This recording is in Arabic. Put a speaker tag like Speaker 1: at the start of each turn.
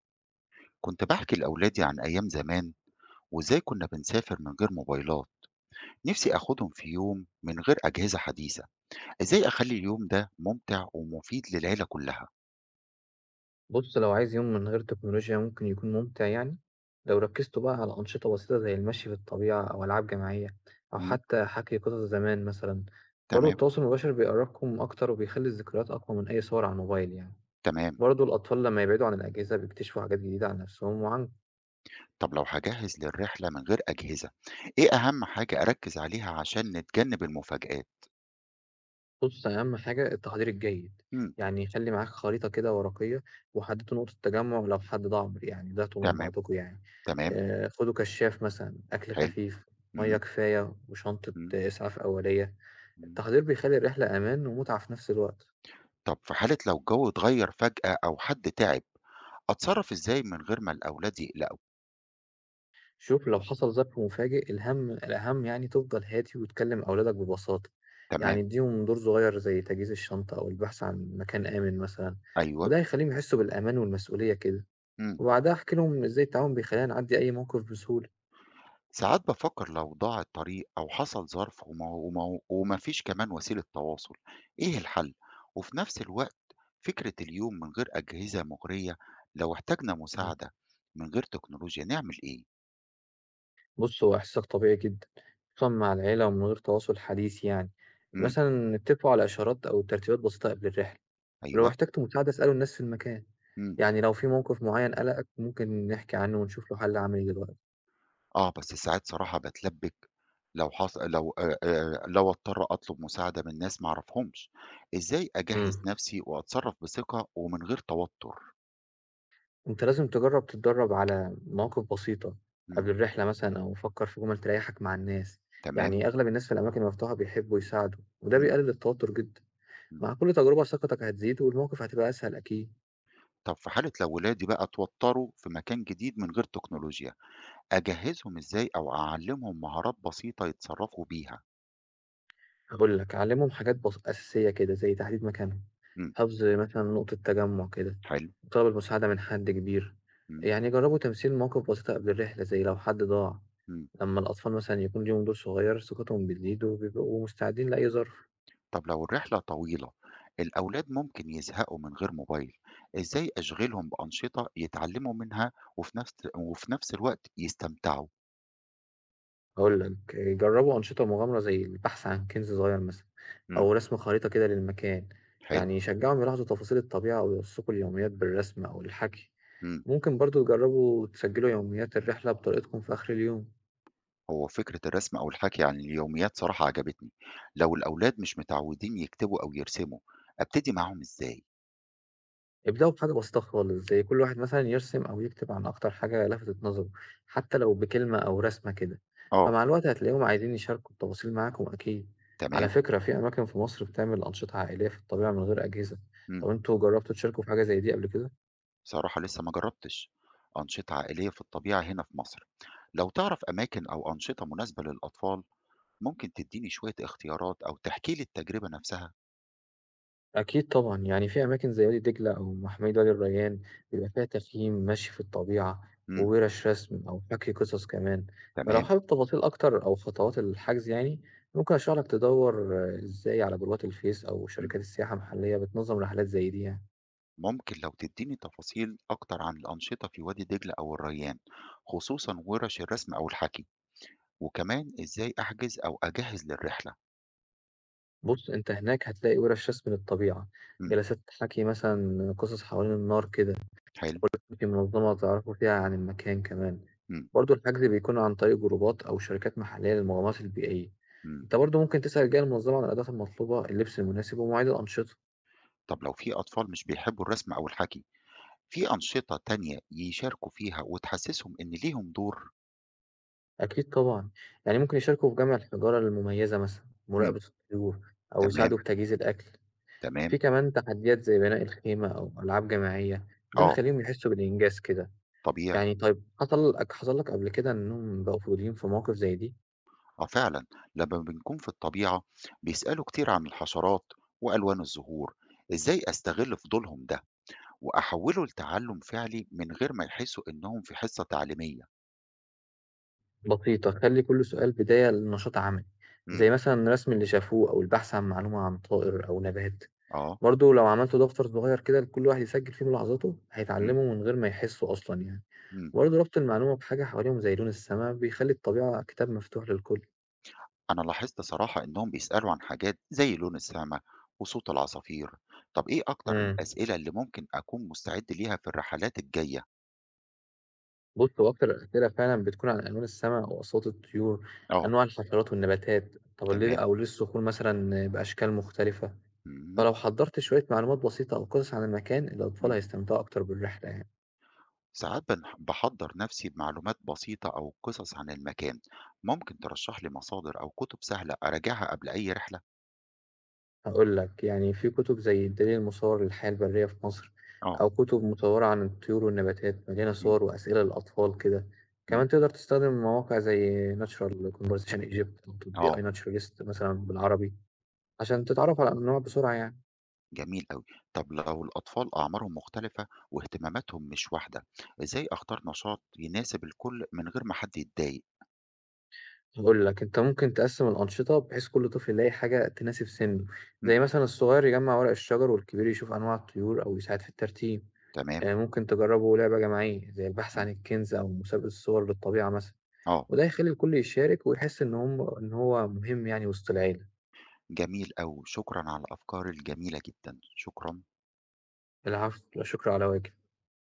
Speaker 1: كنت بحكي لأولادي عن أيام زمان، وإزاي كنا بنسافر من غير موبايلات. نفسي أخدهم في يوم من غير أجهزة حديثة. إزاي أخلي اليوم ده ممتع ومفيد للعيلة كلها؟
Speaker 2: بُص، لو عايز يوم من غير تكنولوجيا ممكن يكون ممتع يعني، لو ركّزتوا بقى على أنشطة بسيطة زي المشي في الطبيعة أو ألعاب جماعية أو
Speaker 1: مم.
Speaker 2: حتى حكي قصص زمان مثلًا، برضه
Speaker 1: تمام.
Speaker 2: التواصل المباشر بيقرّبكم أكتر وبيخلّي الذكريات أقوى من أي صور على الموبايل يعني،
Speaker 1: تمام.
Speaker 2: برضه الأطفال لمّا يبعدوا عن الأجهزة بيكتشفوا حاجات جديدة عن نَفْسهم وعنكم.
Speaker 1: طب لو هجهز للرحلة من غير أجهزة، إيه أهم حاجة أركز عليها عشان نتجنب المفاجآت؟
Speaker 2: بُص، أهم حاجة التحضير الجيد،
Speaker 1: مم.
Speaker 2: يعني خلّي معاك خريطة كده ورقية، وحددوا نقطة تجمُّع لو حد ضَعْف يعني ضِعتوا من
Speaker 1: تمام.
Speaker 2: بعضكم يعني،
Speaker 1: تمام.
Speaker 2: خدوا كشّاف مثلًا، أكل
Speaker 1: حلو.
Speaker 2: خفيف،
Speaker 1: مم.
Speaker 2: مَيّة كفاية، وشنطة
Speaker 1: مم.
Speaker 2: إسعاف أولية،
Speaker 1: مم.
Speaker 2: التحضير بيخلّي الرحلة أمان ومتعة في نفس الوقت،
Speaker 1: طب في حالة لو الجو اتغير فجأة أو حد تعب، أتصرف إزاي من غير ما الأولاد يقلقوا؟
Speaker 2: شوف لو حصل ظرف مفاجئ الهَم الأهم يعني تفضل هادي وتكلّم أولادك ببساطة، يعني
Speaker 1: تمام.
Speaker 2: ادّيهم دور صغير زي تجهيز الشنطة أو البحث عن مكان آمن مثلًا،
Speaker 1: أيوه.
Speaker 2: وده هيخلّيهم يحسّوا بالأمان والمسؤولية كده.
Speaker 1: مم.
Speaker 2: وبعدها أحكي لهم إزاي التعاون بيخلّيني أعدّي أي موقف بسهولة.
Speaker 1: ساعات بفكر لو ضاع الطريق أو حصل ظرف وما فيش كمان وسيلة تواصل، إيه الحل؟ وفي نفس الوقت فكرة اليوم من غير أجهزة مغرية. لو احتاجنا
Speaker 2: إمم.
Speaker 1: مساعدة من غير تكنولوجيا نعمل إيه؟
Speaker 2: بُص، هو إحساسك طبيعي جدًا، خصوصًا مع العيلة ومن غير تواصل حديث يعني.
Speaker 1: امم.
Speaker 2: مثلًا اتفقوا على إشارات أو ترتيبات بسيطة قبل الرحلة، ولو
Speaker 1: أيوه.
Speaker 2: احتجتوا مساعدة اسألوا الناس في المكان.
Speaker 1: امم.
Speaker 2: يعني لو في موقف معيّن قلقك ممكن نحكي عنه ونشوف له حل عملي دلوقتي.
Speaker 1: آه، بس ساعات صراحة بتلبك. لو حص... لو آه آه لو اضطر أطلب مساعدة من ناس معرفهمش، إزاي أجهز
Speaker 2: إمم.
Speaker 1: نفسي وأتصرف بثقة ومن غير توتر؟
Speaker 2: أنت لازم تجرّب تتدرّب على مواقف بسيطة
Speaker 1: امم.
Speaker 2: قبل الرحلة مثلًا أو فكّر في جُمل تريّحك مع الناس.
Speaker 1: تمام.
Speaker 2: يعني أغلب الناس في الأماكن المفتوحة بيحبّوا يساعدوا وده
Speaker 1: امم.
Speaker 2: بيقلل التوتر جدًا.
Speaker 1: إمم.
Speaker 2: مع كل تجربة ثقتك هتزيد والمواقف هتبقى أسهل أكيد.
Speaker 1: طب في حالة لو ولادي بقى اتوتروا في مكان جديد من غير تكنولوجيا، أجهزهم إزاي أو أعلمهم مهارات بسيطة يتصرفوا بيها؟
Speaker 2: هقول لك علمهم حاجات أساسية كده زي تحديد مكانهم،
Speaker 1: امم.
Speaker 2: حفظ مثلا نقطة تجمع كده،
Speaker 1: حلو.
Speaker 2: طلب المساعدة من حد كبير.
Speaker 1: امم.
Speaker 2: يعني جربوا تمثيل مواقف بسيطة قبل الرحلة زي لو حد ضاع.
Speaker 1: امم.
Speaker 2: لما الأطفال مثلا يكون ليهم دور صغير ثقتهم بتزيد وبيبقوا مستعدين لأي ظرف.
Speaker 1: طب لو الرحلة طويلة، الأولاد ممكن يزهقوا من غير موبايل، إزاي أشغلهم بأنشطة يتعلموا منها وفي نفس الوقت يستمتعوا؟
Speaker 2: هقول لك جربوا أنشطة مغامرة زي البحث عن كنز صغير مثلا
Speaker 1: امم.
Speaker 2: أو رسم خريطة كده للمكان،
Speaker 1: حلو.
Speaker 2: يعني يشجعهم يلاحظوا تفاصيل الطبيعة أو يوثقوا اليوميات بالرسم أو الحكي.
Speaker 1: امم.
Speaker 2: ممكن برضه تجربوا تسجلوا يوميات الرحلة بطريقتكم في آخر اليوم.
Speaker 1: هو فكرة الرسم أو الحكي عن اليوميات صراحة عجبتني. لو الأولاد مش متعودين يكتبوا أو يرسموا، أبتدي معاهم إزاي؟
Speaker 2: ابدأوا بحاجة بسيطة خالص زي كل واحد مثلا يرسم أو يكتب عن أكتر حاجة لفتت نظره، حتى لو بكلمة أو رسمة كده.
Speaker 1: آه.
Speaker 2: فمع الوقت هتلاقيهم عايزين يشاركوا التفاصيل معاكم أكيد. على
Speaker 1: تمام.
Speaker 2: فكرة في أماكن في مصر بتعمل أنشطة عائلية في الطبيعة من غير أجهزة. طب
Speaker 1: مم.
Speaker 2: أنتوا جربتوا تشاركوا في حاجة زي دي قبل كده؟
Speaker 1: بصراحة لسه ما جربتش أنشطة عائلية في الطبيعة هنا في مصر. لو تعرف أماكن أو أنشطة مناسبة للأطفال، ممكن تديني شوية اختيارات أو تحكي لي التجربة نفسها.
Speaker 2: أكيد طبعًا، يعني في أماكن زي وادي دجلة أو محمية وادي الريان بيبقى فيها تخييم، مشي في الطبيعة،
Speaker 1: امم.
Speaker 2: وورش رسم أو حكي قصص كمان، فلو
Speaker 1: تمام.
Speaker 2: حابب تفاصيل أكتر أو خطوات الحجز يعني ممكن أشرح لك تدوّر إزاي على جروبات الفيس أو
Speaker 1: مم.
Speaker 2: شركات السياحة المحلية بتنظم رحلات زي دي يعني.
Speaker 1: ممكن لو تديني تفاصيل أكتر عن الأنشطة في وادي دجلة أو الريان، خصوصا ورش الرسم أو الحكي، وكمان إزاي أحجز أو أجهز للرحلة.
Speaker 2: بُص أنت هناك هتلاقي ورش رسم للطبيعة،
Speaker 1: امم.
Speaker 2: جلسات حكي مثلًا قصص حوالين النار كده.
Speaker 1: حلو.
Speaker 2: دي منظمة تعرفوا فيها عن المكان كمان.
Speaker 1: امم.
Speaker 2: برضو الحجز بيكون عن طريق جروبات أو شركات محلية للمغامرات البيئية.
Speaker 1: امم.
Speaker 2: أنت برضو ممكن تسأل الجهة المنظمة عن الأدوات المطلوبة، اللبس المناسب ومواعيد الأنشطة.
Speaker 1: طب لو في أطفال مش بيحبوا الرسم أو الحكي، في أنشطة تانية يشاركوا فيها وتحسسهم إن ليهم دور؟
Speaker 2: أكيد طبعا، يعني ممكن يشاركوا في جمع الحجارة المميزة مثلا، مراقبة الطيور، أو
Speaker 1: تمام.
Speaker 2: يساعدوا في تجهيز الأكل. في
Speaker 1: تمام.
Speaker 2: كمان تحديات زي بناء الخيمة أو ألعاب جماعية، ده
Speaker 1: آه.
Speaker 2: بيخليهم يحسوا بالإنجاز كده.
Speaker 1: طبيعي.
Speaker 2: يعني طيب حصل لك قبل كده إنهم بقوا فاضيين في مواقف زي دي؟
Speaker 1: آه، فعلًا، لمّا بنكون في الطبيعة بيسألوا كتير عن الحشرات وألوان الزهور، إزاي أستغل فضولهم ده وأحوّله لتعلُّم فعلي من غير ما يحسّوا إنهم في حصة تعليمية؟
Speaker 2: بسيطة، خلي كل سؤال بداية لنشاط عملي زي
Speaker 1: إمم.
Speaker 2: مثلا رسم اللي شافوه أو البحث عن معلومة عن طائر أو نبات.
Speaker 1: آه.
Speaker 2: برضه لو عملت دفتر صغير كده لكل واحد يسجل فيه ملاحظاته
Speaker 1: إمم.
Speaker 2: هيتعلموا من غير ما يحسوا أصلا يعني.
Speaker 1: إمم.
Speaker 2: برضه ربط المعلومة بحاجة حواليهم زي لون السماء بيخلي الطبيعة كتاب مفتوح للكل.
Speaker 1: أنا لاحظت صراحة إنهم بيسألوا عن حاجات زي لون السما وصوت العصافير. طَب إيه أكتر
Speaker 2: امم.
Speaker 1: الأسئلة اللي ممكن أكون مستعد ليها في الرحلات الجاية؟
Speaker 2: بص هو أكتر الأسئلة فعلا بتكون عن ألوان السماء وأصوات الطيور،
Speaker 1: آه.
Speaker 2: أنواع الحشرات والنباتات، طب ليه
Speaker 1: تمام.
Speaker 2: أو ليه الصخور مثلا بأشكال مختلفة.
Speaker 1: اهم.
Speaker 2: فلو حضرت شوية معلومات بسيطة أو قصص عن المكان الأطفال
Speaker 1: إمم.
Speaker 2: هيستمتعوا أكتر بالرحلة يعني.
Speaker 1: ساعات بحضر نفسي بمعلومات بسيطة أو قصص عن المكان. ممكن ترشح لي مصادر أو كتب سهلة أراجعها قبل أي رحلة؟
Speaker 2: هاقول لك، يعني في كتب زي الدليل المصور للحياة البرية في مصر،
Speaker 1: آه.
Speaker 2: أو كتب مطورة عن الطيور والنباتات مليانة
Speaker 1: مم.
Speaker 2: صور وأسئلة للأطفال كده،
Speaker 1: مم.
Speaker 2: كمان تقدر تستخدم مواقع زي Natural Conversation Egypt أو تطبيق
Speaker 1: آه.
Speaker 2: iNaturalist مثلًا بالعربي، عشان تتعرف على الأنواع بسرعة يعني.
Speaker 1: جميل أوي. طب لو الأطفال أعمارهم مختلفة واهتماماتهم مش واحدة، إزاي أختار نشاط يناسب الكل من غير ما حد يتضايق؟
Speaker 2: هاقول لك، أنت ممكن تقسم الأنشطة بحيث كل طفل يلاقي حاجة تناسب سنه،
Speaker 1: مم.
Speaker 2: زي مثلًا الصغير يجمع ورق الشجر والكبير يشوف أنواع الطيور أو يساعد في الترتيب.
Speaker 1: تمام.
Speaker 2: ممكن تجربوا لعبة جماعية زي البحث
Speaker 1: مم.
Speaker 2: عن الكنز أو مسابقة صور للطبيعة مثلًا.
Speaker 1: آه،
Speaker 2: وده هيخلّي الكل يشارك ويحس إن هو مهم يعني وسط العيلة.
Speaker 1: جميل أوي، شكرا على الأفكار الجميلة جدا، شكرا.
Speaker 2: العفو، لا شكر على واجب.